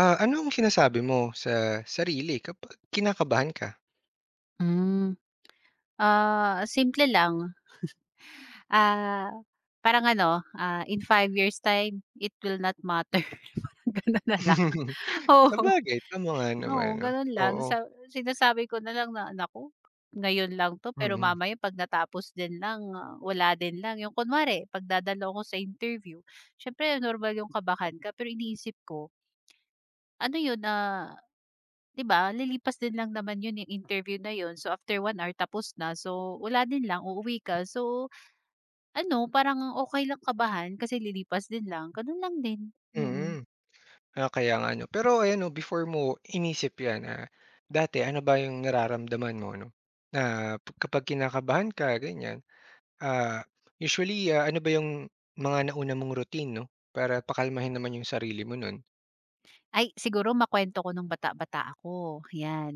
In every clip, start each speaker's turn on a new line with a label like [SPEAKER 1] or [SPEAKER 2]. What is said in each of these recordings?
[SPEAKER 1] Ano ang sinasabi mo sa sarili kapag kinakabahan ka?
[SPEAKER 2] Hmm, simple lang, ah, parang ano, in 5 years' time, it will not matter, parang gano'n na lang. Oo,
[SPEAKER 1] Sabagay, tama nga naman
[SPEAKER 2] oo,
[SPEAKER 1] 'no.
[SPEAKER 2] gano'n lang
[SPEAKER 1] Oo.
[SPEAKER 2] sa sinasabi ko na lang na, "Naku, ngayon lang 'to pero
[SPEAKER 1] Mm.
[SPEAKER 2] mamaya 'pag natapos din lang, wala din lang." Yung kunwari 'pag dadalo ako sa interview, siyempre normal yung kabahan ka pero iniisip ko, ano 'yun, na 'di ba lilipas din lang naman 'yun, yung interview na 'yun. So, after 1 hour tapos na, so wala din lang, uuwi ka. So, ano, parang okey lang kabahan kasi lilipas din lang, gano'n lang din,
[SPEAKER 1] Mm.
[SPEAKER 2] mm.
[SPEAKER 1] Kaya nga 'no. Pero ayan 'no, before mo inisip 'yan, dati ano ba yung nararamdaman mo 'no, na kapag kinakabahan ka ganyan, ah, usually, ano ba yung mga nauna mong routine 'no, para pakalmahin naman yung sarili mo nun?
[SPEAKER 2] Ay, siguro makwento ko nung bata-bata ako, 'yan.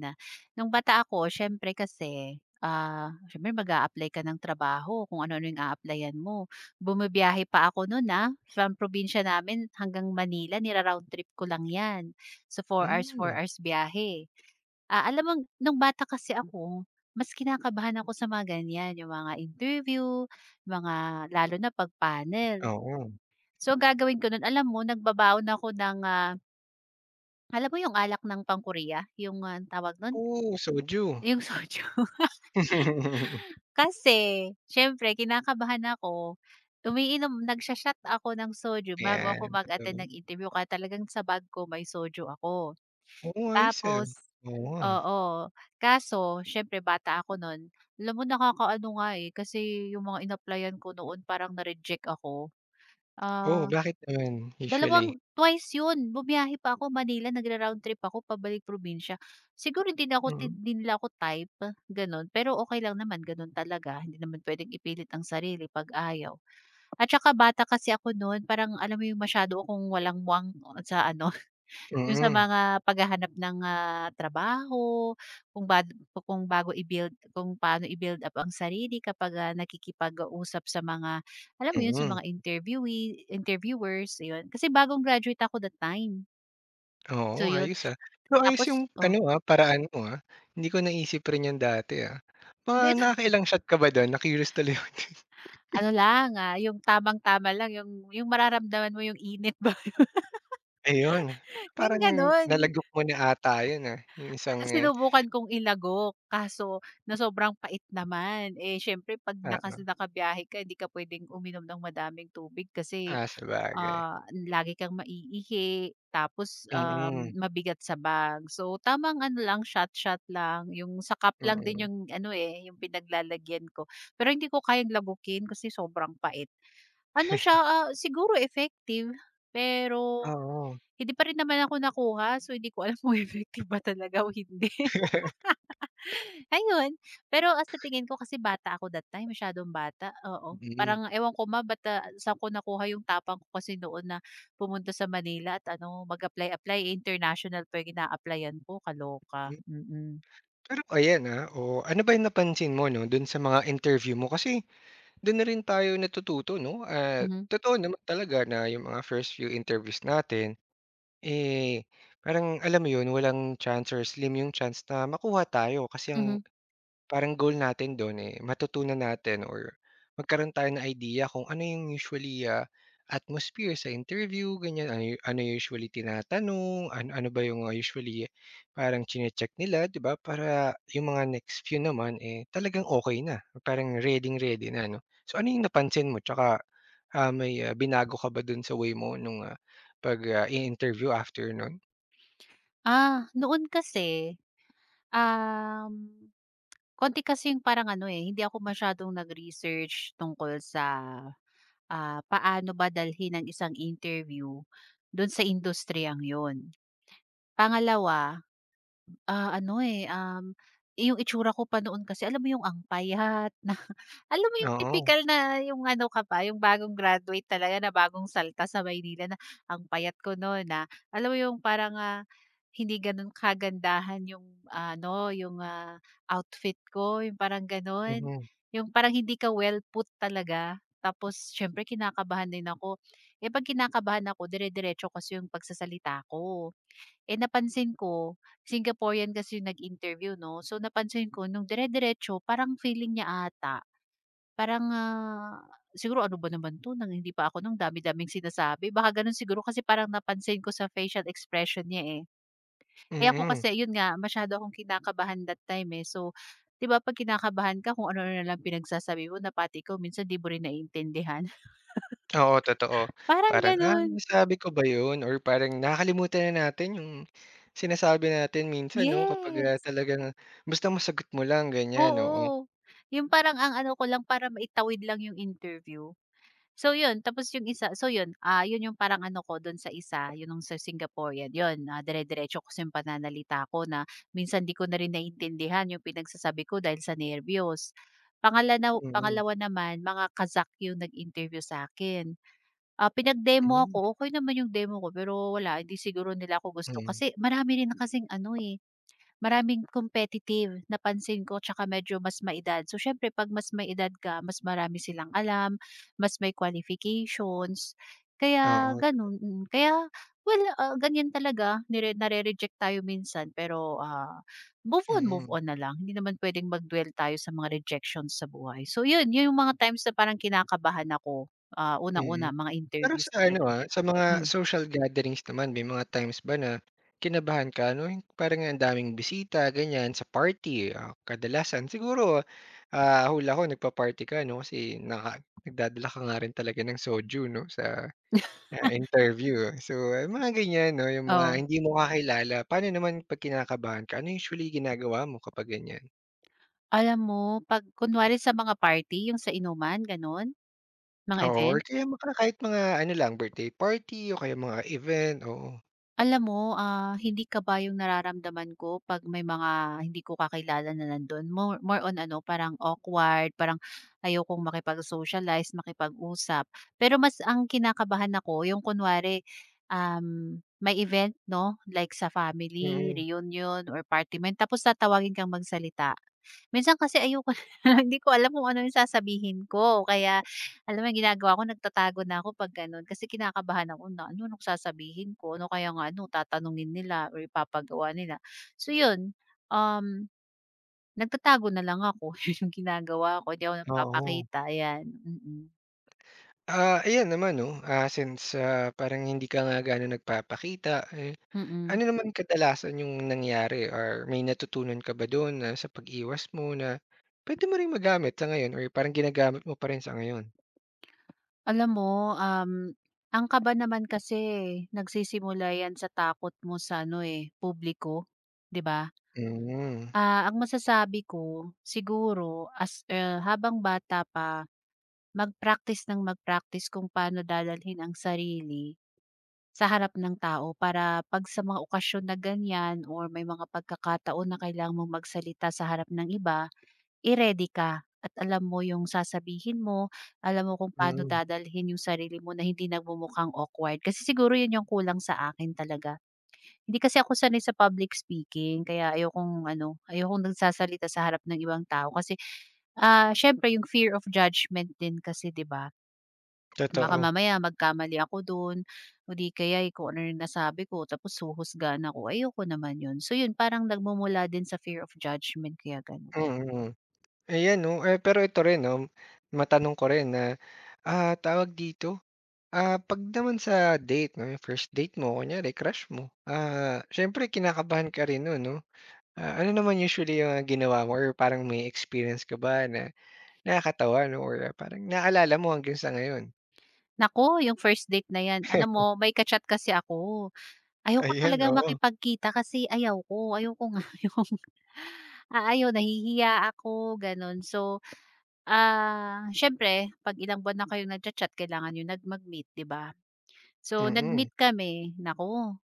[SPEAKER 2] Nung bata ako siyempre kasi, siyempre mag apply ka ng trabaho kung ano-ano yung a-applyan mo. Bumibiyahe pa ako no'n, from probinsya namin hanggang Manila nira-round trip ko lang 'yan. So, 4 hours, four
[SPEAKER 1] Hmm.
[SPEAKER 2] hours biyahe. Alam mo nung bata kasi ako, mas kinakabahan ako sa mga ganyan, yung mga interview, mga lalo na 'pag panel.
[SPEAKER 1] Oo.
[SPEAKER 2] So, ang gagawin ko nun alam mo nagbabaon ako ng, alam mo yung alak ng pangkorea, yung, tawag nun,
[SPEAKER 1] Oo, soju.
[SPEAKER 2] yung soju. Kasi siyempre kinakabahan ako, umiinom nagsho-shot ako ng soju bago ako
[SPEAKER 1] Ayan,
[SPEAKER 2] mag-attend
[SPEAKER 1] totoo.
[SPEAKER 2] ng interview kaya talagang sa bag ko may soju ako.
[SPEAKER 1] Oo, ayos, ah.
[SPEAKER 2] Tapos
[SPEAKER 1] Oo nga.
[SPEAKER 2] oo, kaso siyempre bata ako nun, alam mo nakakaano nga, eh, kasi yung mga in-applyan ko noon parang na-reject ako.
[SPEAKER 1] Oo,
[SPEAKER 2] Ah,
[SPEAKER 1] bakit naman usually?
[SPEAKER 2] dalawang twice 'yun. Bumiyahe pa ako Manila, nagra-round trip ako pabalik probinsya. Siguro
[SPEAKER 1] Mm.
[SPEAKER 2] hindi nila ako type, gano'n. Pero okey lang naman gano'n talaga, hindi naman puwedeng ipilit ang sarili 'pag ayaw. At saka bata kasi ako no'n, parang alam mo 'yung masyado akong walang muwang sa ano yung sa
[SPEAKER 1] Mm.
[SPEAKER 2] mga paghahanap ng, trabaho, kung bad kung bago i-build kung paano i-build up ang sarili kapag, nakikipag-usap sa mga alam mo yun, sa
[SPEAKER 1] Mm.
[SPEAKER 2] mga interviewers, yun. Kasi bagong graduate ako that time. So
[SPEAKER 1] Oo,
[SPEAKER 2] yun,
[SPEAKER 1] ayos, ah. Pero ayos yung
[SPEAKER 2] tapos oh,
[SPEAKER 1] ano, paraan mo, ah. Hindi ko naisip rin yan dati, ah. Mga
[SPEAKER 2] hindi
[SPEAKER 1] nakakailang shot ka ba dun? Na-curious tuloy ako.
[SPEAKER 2] ano lang, yung tamang-tama lang yung mararamdaman mo yung init ba,
[SPEAKER 1] Ayun,
[SPEAKER 2] yung
[SPEAKER 1] parang
[SPEAKER 2] gano'n.
[SPEAKER 1] nalagok mo na ata yun, yung isang,
[SPEAKER 2] Ah,
[SPEAKER 1] eh.
[SPEAKER 2] sinubukan kong ilagok kaso na sobrang pait naman, eh, siyempre 'pag
[SPEAKER 1] Oo.
[SPEAKER 2] nakabiyahe ka hindi ka puwedeng uminom ng madaming tubig kasi,
[SPEAKER 1] Sabagay.
[SPEAKER 2] ah, lagi kang maiihi tapos,
[SPEAKER 1] Mm.
[SPEAKER 2] mabigat sa bag. So, tamang ano lang shot-shot lang, yung sa cup lang din
[SPEAKER 1] Mm.
[SPEAKER 2] yung ano, eh, yung pinaglalagyan ko. Pero hindi ko kayang lagukin kasi sobrang pait. Ano siya, siguro effective pero
[SPEAKER 1] Oo.
[SPEAKER 2] hindi pa rin naman ako nakuha so hindi ko alam kung effective ba talaga o hindi. Ayun, pero, sa tingin ko kasi bata ako that time, masyadong bata, oo.
[SPEAKER 1] Mm.
[SPEAKER 2] Parang ewan ko ba ba't, saan ko nakuha yung tapang ko kasi noon na pumunta sa Manila at ano, mag-apply-apply, eh, international pa yung ina-applyan ko, kaloka,
[SPEAKER 1] Mm.
[SPEAKER 2] mm.
[SPEAKER 1] Pero ayan, oo, ano ba yung napansin mo 'no, dun sa mga interview mo kasi do'n na rin tayo natututo 'no, at
[SPEAKER 2] Mhm,
[SPEAKER 1] totoo naman talaga na yung mga first few interviews natin, eh, parang alam mo yun, walang chance or slim yung chance na makuha tayo kasi
[SPEAKER 2] mhm.
[SPEAKER 1] ang parang goal natin dun, eh, matutunan natin or magkaroon tayo ng idea kung ano yung usually, atmosphere sa interview ganyan, ano ano usually tinatanong, ano ano ba yung, usually parang chine-check nila, 'di ba? Para yung mga next few naman, eh, talagang okey na, parang reading-ready na 'no. So, ano yung napansin mo tsaka, may, binago ka ba dun sa way mo nung, pag, i-interview after nun?
[SPEAKER 2] Noon kasi, um, konti kasi yung parang ano, eh, hindi ako masyadong nag-research tungkol sa, paano ba dalhin ang isang interview dun sa industriyang yun. Pangalawa. Ano, eh, yung itsura ko pa noon kasi alam mo yung ang payat na alam mo yung
[SPEAKER 1] Oo.
[SPEAKER 2] tipikal na yung ano ka pa, yung bagong graduate talaga na bagong salta sa Maynila na ang payat ko no'n na alam mo yung parang, hindi gano'n kagandahan yung ano, yung, outfit ko, yung parang gano'n.
[SPEAKER 1] Mm.
[SPEAKER 2] Yung parang hindi ka well put talaga. Tapos siyempre kinakabahan din ako. Eh, 'pag kinakabahan ako dire-diretso kasi yung pagsasalita ko. Eh, napansin ko, Singaporean kasi yung nag-interview 'no, so napansin ko nung dire-diretso parang feeling niya ata, parang, siguro ano ba naman 'to nang hindi pa ako nung dami-daming sinasabi baka gano'n siguro kasi parang napansin ko sa facial expression niya, eh. Eh, ako
[SPEAKER 1] Mm.
[SPEAKER 2] kasi yun nga masyado akong kinakabahan that time, eh. So, 'di ba 'pag kinakabahan ka kung ano-ano na lang pinagsasabi mo na pati ikaw minsan 'di mo rin naiintindihan,
[SPEAKER 1] Oo, totoo.
[SPEAKER 2] parang
[SPEAKER 1] Parang, "Ah,
[SPEAKER 2] gano'n.
[SPEAKER 1] nasabi ko ba 'yun?" Or parang nakakalimutan na natin yung sinasabi natin minsan 'no, kapag,
[SPEAKER 2] Yes,
[SPEAKER 1] talagang basta masagot mo lang ganyan, oo.
[SPEAKER 2] oo. Yung parang ang ano ko lang para maitawid lang yung interview. So yun, tapos yung isa so yun, yun yung parang ano ko dun sa isa, yun nung sa Singaporean, yun, dire-diretso kasi yung pananalita ko na minsan di ko na rin naintindihan yung pinagsasabi ko dahil sa nerbiyos. Pangalawa
[SPEAKER 1] Mm.
[SPEAKER 2] pangalawa naman, mga kazak yung nag-interview sa akin. Pinag-demo
[SPEAKER 1] Hmm.
[SPEAKER 2] ako, okey naman yung demo ko pero wala hindi siguro nila ako gusto
[SPEAKER 1] Hmm.
[SPEAKER 2] kasi marami rin kasing ano, eh, maraming competitive, napansin ko, tsaka medyo mas maedad. So, siyempre 'pag mas may edad ka, mas marami silang alam, mas may qualifications, kaya
[SPEAKER 1] Oo,
[SPEAKER 2] gano'n, mm. Kaya well, ganiyan talaga, nare-reject tayo minsan pero, move on, move
[SPEAKER 1] mm,
[SPEAKER 2] on na lang. Hindi naman puwedeng mag-dwell tayo sa mga rejections sa buhay. So, 'yun 'yung mga times na parang kinakabahan ako,
[SPEAKER 1] mm.
[SPEAKER 2] unang-una mga
[SPEAKER 1] Pero
[SPEAKER 2] interviews
[SPEAKER 1] sa ano,
[SPEAKER 2] talaga.
[SPEAKER 1] sa mga
[SPEAKER 2] Hmm,
[SPEAKER 1] social gatherings naman may mga times ba na kinabahan ka 'no, yung parang ang daming bisita ganyan sa party, kadalasan siguro, hula ko nagpa-party ka 'no, kasi nagdadala ka nga rin talaga ng soju 'no, sa. Interview. So, mga ganyan 'no, yung mga
[SPEAKER 2] oo.
[SPEAKER 1] hindi mo kakilala. Paano naman 'pag kinakabahan ka, ano usually ginagawa mo kapag ganyan?
[SPEAKER 2] Alam mo 'pag kunwari sa mga party, 'yung sa inuman, gano'n? Mga
[SPEAKER 1] Oo, or
[SPEAKER 2] event?
[SPEAKER 1] kaya mga kahit mga ano lang, birthday party o kaya mga event, oo.
[SPEAKER 2] Alam mo, hindi ka ba yung nararamdaman ko 'pag may mga hindi ko kakilala na nando'n. More more on ano, parang awkward, parang ayokong makipag-socialize, makipag-usap. Pero mas ang kinakabahan ako yung kunwari, may event 'no, like sa family
[SPEAKER 1] Mm.
[SPEAKER 2] reunion or party man tapos tatawagin kang magsalita. Minsan kasi ayoko na hindi ko alam kung ano yung sasabihin ko kaya alam mo yung ginagawa ko nagtatago na ako 'pag gano'n kasi kinakabahan ako na ano anong sasabihin ko, ano kaya ang ano tatanungin nila or ipapagawa nila. So 'yun, um, nagtatago na lang ako 'yun yung ginagawa ko hindi ako
[SPEAKER 1] Oo.
[SPEAKER 2] nagpapakita ayan, mm,
[SPEAKER 1] Ayan naman 'no, since, parang hindi ka nga gaano nagpapakita, eh,
[SPEAKER 2] mm.
[SPEAKER 1] ano naman kadalasan yung nangyari or may natutunan ka ba dun na sa pag-iwas mo na puwede mo ring magamit sa ngayon or parang ginagamit mo pa rin sa ngayon?
[SPEAKER 2] Alam mo, ang kaba naman kasi eh, nagsisimula 'yan sa takot mo sa ano, eh, publiko, 'di ba?
[SPEAKER 1] Hmm.
[SPEAKER 2] Ang masasabi ko siguro as, habang bata pa mag-practice ng mag-practice kung paano dadalhin ang sarili sa harap ng tao para 'pag sa mga okasyon na ganyan or may mga pagkakataon na kailangan mong magsalita sa harap ng iba, i-ready ka at alam mo yung sasabihin mo, alam mo kung paano
[SPEAKER 1] Mm.
[SPEAKER 2] dadalhin yung sarili mo na hindi nagmumukhang awkward. Kasi siguro yun yung kulang sa akin talaga. Hindi kasi ako sanay sa public speaking kaya ayokong ano, ayokong nagsasalita sa harap ng ibang tao kasi, siyempre yung fear of judgment din kasi 'di ba? Baka
[SPEAKER 1] Totoo.
[SPEAKER 2] mamaya magkamali ako dun o di kaya'y kung ano yung nasabi ko tapos huhusgahan ako, ayoko naman yun. So yun parang nagmumula din sa fear of judgment kaya ganun.
[SPEAKER 1] Mm. Ayan 'no, eh, pero ito rin 'no, matanong ko rin na, tawag dito, 'pag naman sa date 'no, yung first date mo kunyari crush mo, siyempre kinakabahan ka rin nun 'no? Ano naman usually yung mga ginawa mo or parang may experience ka ba na nakakatawa 'no or parang naalala mo hanggang sa ngayon?
[SPEAKER 2] Nako yung first date na yan alam mo may ka kasi ako, ayoko
[SPEAKER 1] Ayan,
[SPEAKER 2] talagang
[SPEAKER 1] oo.
[SPEAKER 2] makipagkita kasi ayaw ko nga yung, ayun nahihiya ako ganun. So siyempre 'pag ilang buwan na kayong nagcha-chat kailangan niyo mag-meet, 'di ba? So,
[SPEAKER 1] Mm.
[SPEAKER 2] nag-meet kami, naku,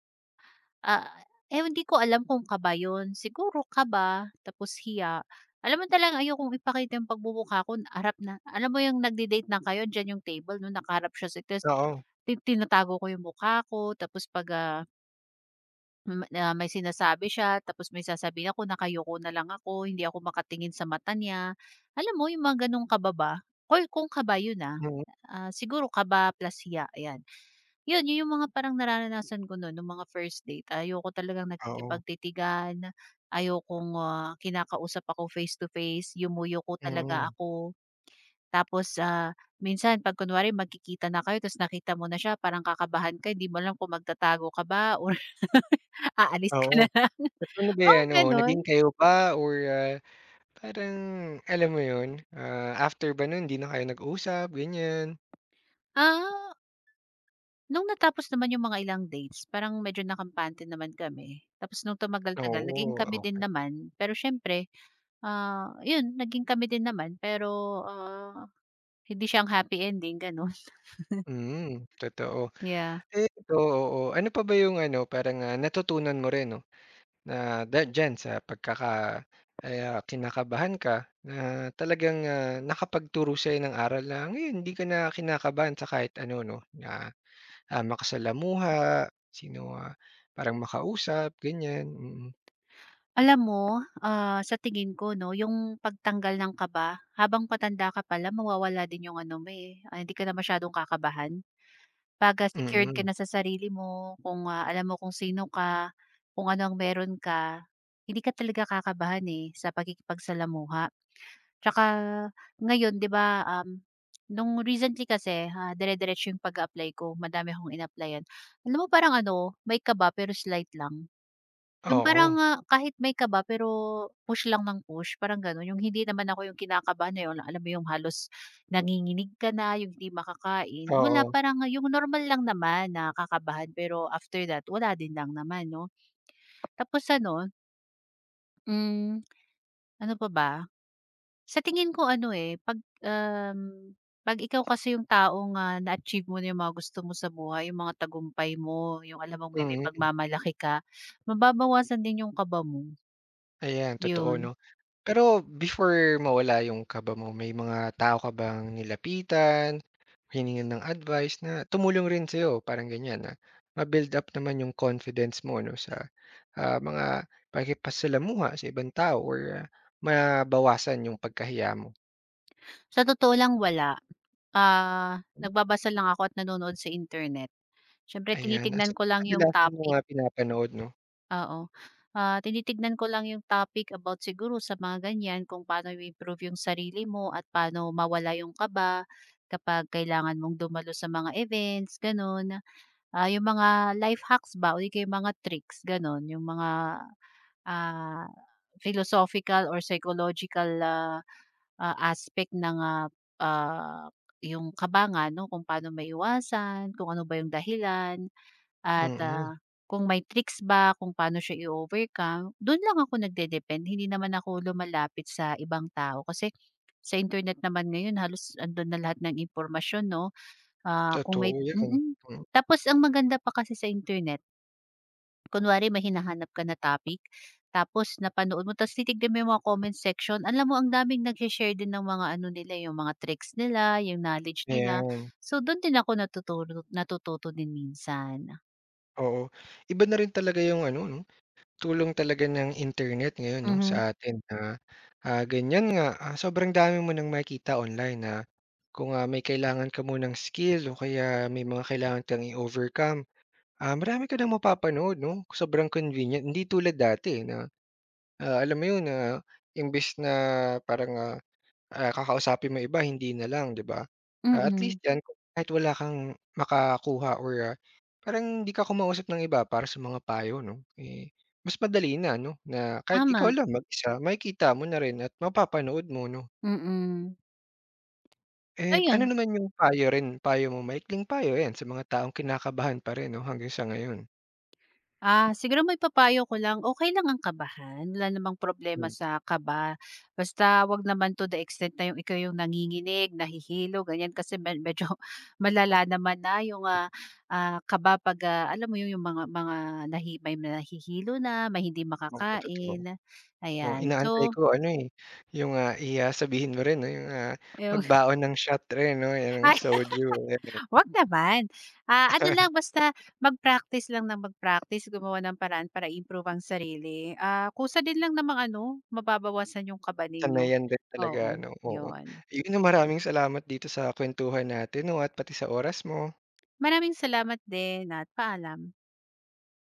[SPEAKER 2] ah, eh, hindi ko alam kung kaba 'yun, siguro kaba tapos hiya. Alam mo talagang ayokong ipakita yung pagmumukha ko harap na alam mo yung nagde-date na kayo, diyan yung table 'no, nakaharap siya sa tas
[SPEAKER 1] Oo.
[SPEAKER 2] tinatago ko yung mukha ko tapos 'pag, hmm, na may sinasabi siya tapos may sasabihin ako, "Nakayuko na lang ako, hindi ako makatingin sa mata niya." Alam mo yung mga gano'ng kaba-ba or kung kaba yun,
[SPEAKER 1] Mm.
[SPEAKER 2] siguro kaba plus hiya, ayan. Yun yung mga parang nararanasan ko nun nung mga first date. Ayoko talagang
[SPEAKER 1] Oo.
[SPEAKER 2] nakikipagtitigan, ayokong, kinakausap ako face to face, yumuyo ko talaga
[SPEAKER 1] Mm.
[SPEAKER 2] ako. Tapos, minsan 'pag kunwari magkikita na kayo tapos nakita mo na siya parang kakabahan ka, hindi mo alam kung magtatago ka ba or aalis ka
[SPEAKER 1] Oo.
[SPEAKER 2] na.
[SPEAKER 1] At ano ba
[SPEAKER 2] Ah,
[SPEAKER 1] yan, oo,
[SPEAKER 2] gano'n?
[SPEAKER 1] naging kayo ba or, parang alam mo yun, after ba nun hindi na kayo nag-usap, ganyan?
[SPEAKER 2] Ah, nung natapos naman yung mga ilang dates parang medyo nakampante naman kami. Tapos nung tumagal-tagal naging
[SPEAKER 1] Oo,
[SPEAKER 2] kami din
[SPEAKER 1] okey.
[SPEAKER 2] naman. Pero siyempre, yun naging kami din naman pero, hindi siyang happy ending gano'n,
[SPEAKER 1] Mm, totoo.
[SPEAKER 2] yeah.
[SPEAKER 1] Eh, ito oo, ano pa ba yung ano, parang, natutunan mo rin 'no, na diyan sa pagkaka ay, kinakabahan ka na talagang, nakapagturo sa'yo ng aral na ngayon hindi ka na kinakabahan sa kahit ano 'no, na, makasalamuha, sino, parang makausap, ganyan, mm.
[SPEAKER 2] Alam mo, sa tingin ko 'no, yung pagtanggal ng kaba habang patanda ka pala mawawala din yung ano mo, eh, hindi ka na masyadong kakabahan. 'Pagka
[SPEAKER 1] Mm.
[SPEAKER 2] secured ka
[SPEAKER 1] Mm.
[SPEAKER 2] na sa sarili mo, kung, alam mo kung sino ka, kung ano ang meron ka, hindi ka talaga kakabahan, eh, sa pakikipagsalamuha. Tsaka ngayon 'di ba, nung recently kasi, dire-diretso yung pag-a-apply ko, madami akong in-applyan. Alam mo parang ano, may kaba pero slight lang. Yung
[SPEAKER 1] Oo.
[SPEAKER 2] parang, kahit may kaba pero push lang ng push, parang gano'n. Yung hindi naman ako yung kinakabahan na yung alam mo yung halos nanginginig ka na, yung hindi makakain, wala.
[SPEAKER 1] Oo.
[SPEAKER 2] Parang yung normal lang naman na kakabahan pero after that wala din lang naman 'no. Tapos ano, hmm, ano pa ba? Sa tingin ko ano, eh, 'pag ikaw kasi yung taong, na-achieve mo na yung mga gusto mo sa buhay, yung mga tagumpay mo, yung alam mong may
[SPEAKER 1] Mm.
[SPEAKER 2] pagmamalaki ka, mababawasan din yung kaba mo,
[SPEAKER 1] Ayan, totoo 'no.
[SPEAKER 2] yun.
[SPEAKER 1] Pero before mawala yung kaba mo, may mga tao ka bang nilapitan, hiningan ng advice na tumulong rin sa'yo, parang ganyan, na ma-build up naman yung confidence mo 'no sa, mga pakikipagsalamuha sa ibang tao or ah, mabawasan yung pagkahiya mo?
[SPEAKER 2] Sa totoo lang wala, nagbabasa lang ako at nanonood sa internet. Siyempre
[SPEAKER 1] Ayan, as
[SPEAKER 2] tinitignan
[SPEAKER 1] in,
[SPEAKER 2] ko lang yung
[SPEAKER 1] kadalasan mo
[SPEAKER 2] topic.
[SPEAKER 1] nga pinapanood 'no?
[SPEAKER 2] Oo. Tinitignan ko lang yung topic about siguro sa mga ganyan kung paano i-improve yung sarili mo at paano mawala yung kaba kapag kailangan mong dumalo sa mga events, ganun. Yung mga life hacks ba o di kaya yung mga tricks, ganun. Yung mga ah, philosophical or psychological aspect ng ah, yung kaba nga, no? Kung paano maiwasan, kung ano ba yung dahilan, at,
[SPEAKER 1] Mm,
[SPEAKER 2] kung may tricks ba kung paano siya i-overcome, dun lang ako nagde-depend hindi naman ako lumalapit sa ibang tao. Kasi sa internet naman ngayon halos andun na lahat ng impormasyon 'no, kung may
[SPEAKER 1] totoo yan.
[SPEAKER 2] mm.
[SPEAKER 1] Mm.
[SPEAKER 2] Tapos ang maganda pa kasi sa internet, kunwari may hinahanap ka na topic, tapos napanood mo ta's titignan mo yung mga comment section, alam mo ang daming nagshe-share din ng mga ano nila, yung mga tricks nila, yung knowledge nila.
[SPEAKER 1] Ayan,
[SPEAKER 2] So, dun din ako natututo natututo din minsan.
[SPEAKER 1] oo. Iba na rin talaga yung ano 'no. Tulong talaga ng internet ngayon 'no sa
[SPEAKER 2] Mhm.
[SPEAKER 1] atin na, ganyan nga, sobrang dami mo ng makikita online na kung, may kailangan ka munang skill o kaya may mga kailangan kang i-overcome, marami ka ng mapapanood 'no, sobrang convenient. Hindi tulad dati na, alam mo yun, na imbes na parang, kakausapin mo iba hindi na lang 'di ba? At
[SPEAKER 2] Mm,
[SPEAKER 1] least yan kung kahit wala kang makakuha or, parang hindi ka kumausap ng iba para sa mga payo 'no, eh, mas madali na 'no, na kahit ikaw
[SPEAKER 2] tama,
[SPEAKER 1] lang mag-isa makikita mo na rin at mapapanood mo 'no.
[SPEAKER 2] mm.
[SPEAKER 1] Eh, ano
[SPEAKER 2] Ayun,
[SPEAKER 1] naman yung payo rin payo mo maikling payo yan sa mga taong kinakabahan pa rin 'no hanggang sa ngayon?
[SPEAKER 2] siguro maipapayo ko lang, okey lang ang kabahan, wala namang problema
[SPEAKER 1] Hmm,
[SPEAKER 2] sa kaba. Basta 'wag naman to the extent na yung ikaw yung nanginginig, nahihilo, ganyan. Kasi me medyo malala naman na yung, kaba 'pag, alam mo yun, yung mga may nahihilo na, may hindi
[SPEAKER 1] oo totoo.
[SPEAKER 2] makakain,
[SPEAKER 1] Oo,
[SPEAKER 2] ayan.
[SPEAKER 1] inaantay
[SPEAKER 2] So,
[SPEAKER 1] ko ano, eh, yung, sabihin mo rin 'no yung,
[SPEAKER 2] yung
[SPEAKER 1] magbaon ng shot rin 'no, yan ng
[SPEAKER 2] ay
[SPEAKER 1] soju, ganun.
[SPEAKER 2] wag naman. Ano lang basta mag-practice lang ng mag-practice, gumawa ng paraan para improve ang sarili. Kusa din lang namang ano, mababawasan yung kaba ninyo.
[SPEAKER 1] Sanayan din talaga
[SPEAKER 2] Oo,
[SPEAKER 1] ano, oo.
[SPEAKER 2] yun.
[SPEAKER 1] Ayun, maraming salamat dito sa kuwentuhan natin 'no, at pati sa oras mo.
[SPEAKER 2] Maraming salamat din at paalam.